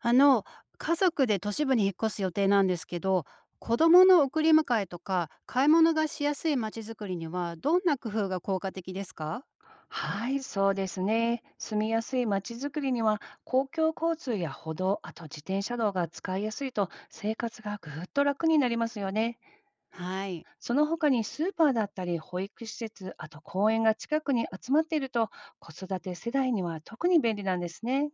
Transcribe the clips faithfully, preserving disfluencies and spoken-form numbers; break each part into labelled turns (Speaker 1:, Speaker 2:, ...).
Speaker 1: あの、家族で都市部に引っ越す予定なんですけど、子供の送り迎えとか買い物がしやすい街づくりにはどんな工夫が効果的ですか？
Speaker 2: はい、そうですね。住みやすい街づくりには、公共交通や歩道、あと自転車道が使いやすいと、生活がぐっと楽になりますよね。
Speaker 1: はい。
Speaker 2: その他にスーパーだったり、保育施設、あと公園が近くに集まっていると、子育て世代には特に便利なんですね。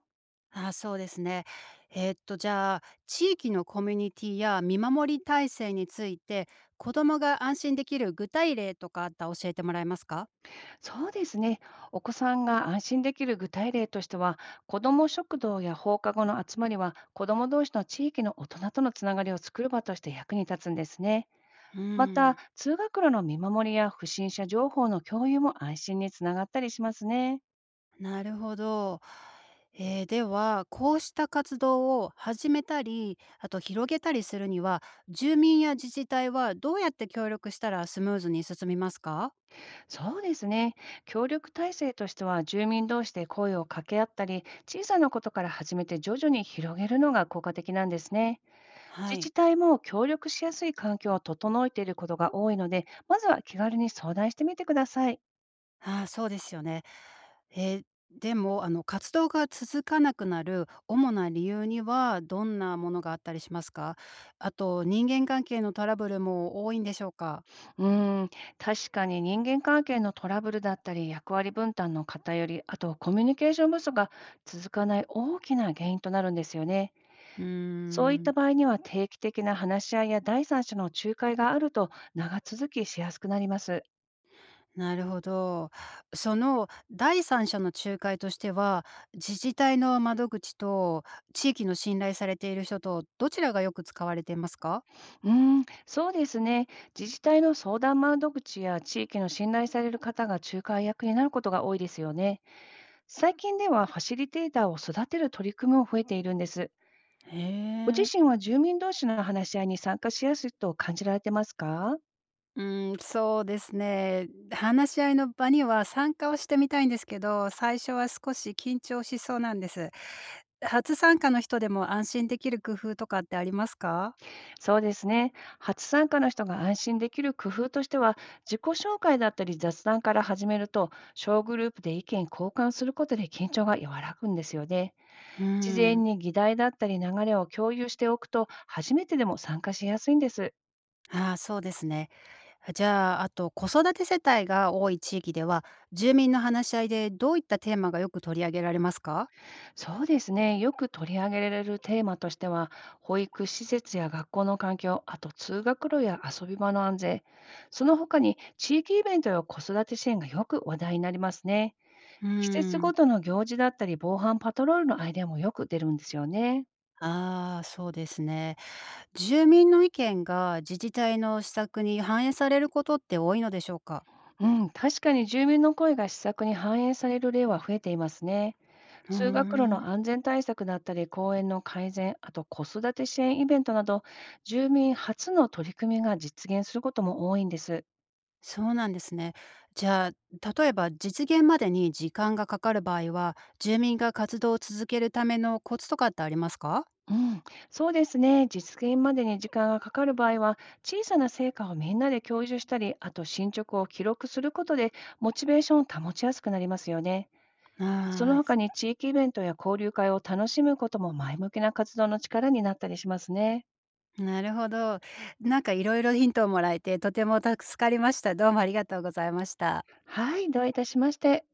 Speaker 1: あ、そうですね。えーっと、じゃあ、地域のコミュニティや見守り体制について、子供が安心できる具体例とかあったら教えてもらえますか？
Speaker 2: そうですね。お子さんが安心できる具体例としては、子ども食堂や放課後の集まりは、子ども同士の地域の大人とのつながりを作る場として役に立つんですね。
Speaker 1: う
Speaker 2: また、
Speaker 1: ん。
Speaker 2: 通学路の見守りや不審者情報の共有も安心につながったりしますね。
Speaker 1: なるほど。えーでは、こうした活動を始めたり、あと広げたりするには、住民や自治体はどうやって協力したらスムーズに進みますか？
Speaker 2: そうですね。協力体制としては、住民同士で声を掛け合ったり、小さなことから始めて徐々に広げるのが効果的なんですね。
Speaker 1: は
Speaker 2: 自治
Speaker 1: い。
Speaker 2: 体も協力しやすい環境を整えていることが多いので、まずは気軽に相談してみてください。
Speaker 1: ああ、そうですよね。えーでも、あの、活動が続かなくなる主な理由には、どんなものがあったりしますか？あと、人間関係のトラブルも多いんでしょうか？
Speaker 2: うーん、確かに人間関係のトラブルだったり、役割分担の偏り、あとコミュニケーション不足が続かない大きな原因となるんですよね。
Speaker 1: うー
Speaker 2: そういっ
Speaker 1: ん。
Speaker 2: た場合には定期的な話し合いや第三者の仲介があると長続きしやすくなります。
Speaker 1: なるほど。その第三者の仲介としては、自治体の窓口と地域の信頼されている人とどちらがよく使われていますか？
Speaker 2: うーん、そうですね。自治体の相談窓口や地域の信頼される方が仲介役になることが多いですよね。最近ではファシリテーターを育てる取り組みも増えているんです。
Speaker 1: へ
Speaker 2: ご自
Speaker 1: え。
Speaker 2: 身は住民同士の話し合いに参加しやすいと感じられてますか？
Speaker 1: うん、そうですね。話し合いの場には参加をしてみたいんですけど、最初は少し緊張しそうなんです。初参加の人でも安心できる工夫とかってありますか？
Speaker 2: そうですね。初参加の人が安心できる工夫としては、自己紹介だったり雑談から始めると、小グループで意見交換することで緊張が和らぐんですよね。
Speaker 1: う
Speaker 2: 事前
Speaker 1: ん。
Speaker 2: に議題だったり流れを共有しておくと、初めてでも参加しやすいんです。
Speaker 1: ああ、そうですね。じゃあ、あと子育て世帯が多い地域では、住民の話し合いでどういったテーマがよく取り上げられますか？
Speaker 2: そうですね。よく取り上げられるテーマとしては、保育施設や学校の環境、あと通学路や遊び場の安全、その他に地域イベントや子育て支援がよく話題になりますね。
Speaker 1: う
Speaker 2: 季節
Speaker 1: ー
Speaker 2: ご
Speaker 1: ん。
Speaker 2: との行事だったり、防犯パトロールのアイデアもよく出るんですよね。
Speaker 1: ああ、そうですね。住民の意見が自治体の施策に反映されることって多いのでしょうか？
Speaker 2: うん、確かに住民の声が施策に反映される例は増えていますね。
Speaker 1: うー
Speaker 2: 通学路の
Speaker 1: ん。
Speaker 2: 安全対策だったり、公園の改善、あと子育て支援イベントなど、住民初の取り組みが実現することも多いんです。
Speaker 1: そうなんですね。じゃあ、例えば実現までに時間がかかる場合は、住民が活動を続けるためのコツとかってありますか？
Speaker 2: うん、そうですね。実現までに時間がかかる場合は、小さな成果をみんなで共有したり、あと進捗を記録することで、モチベーションを保ちやすくなりますよね。そ
Speaker 1: は
Speaker 2: の
Speaker 1: い。あ
Speaker 2: 他
Speaker 1: ー
Speaker 2: に地域イベントや交流会を楽しむことも前向きな活動の力になったりしますね。
Speaker 1: なるほど。なんかいろいろヒントをもらえて、とても助かりました。どうもありがとうございました。
Speaker 2: はい、どういたしまして。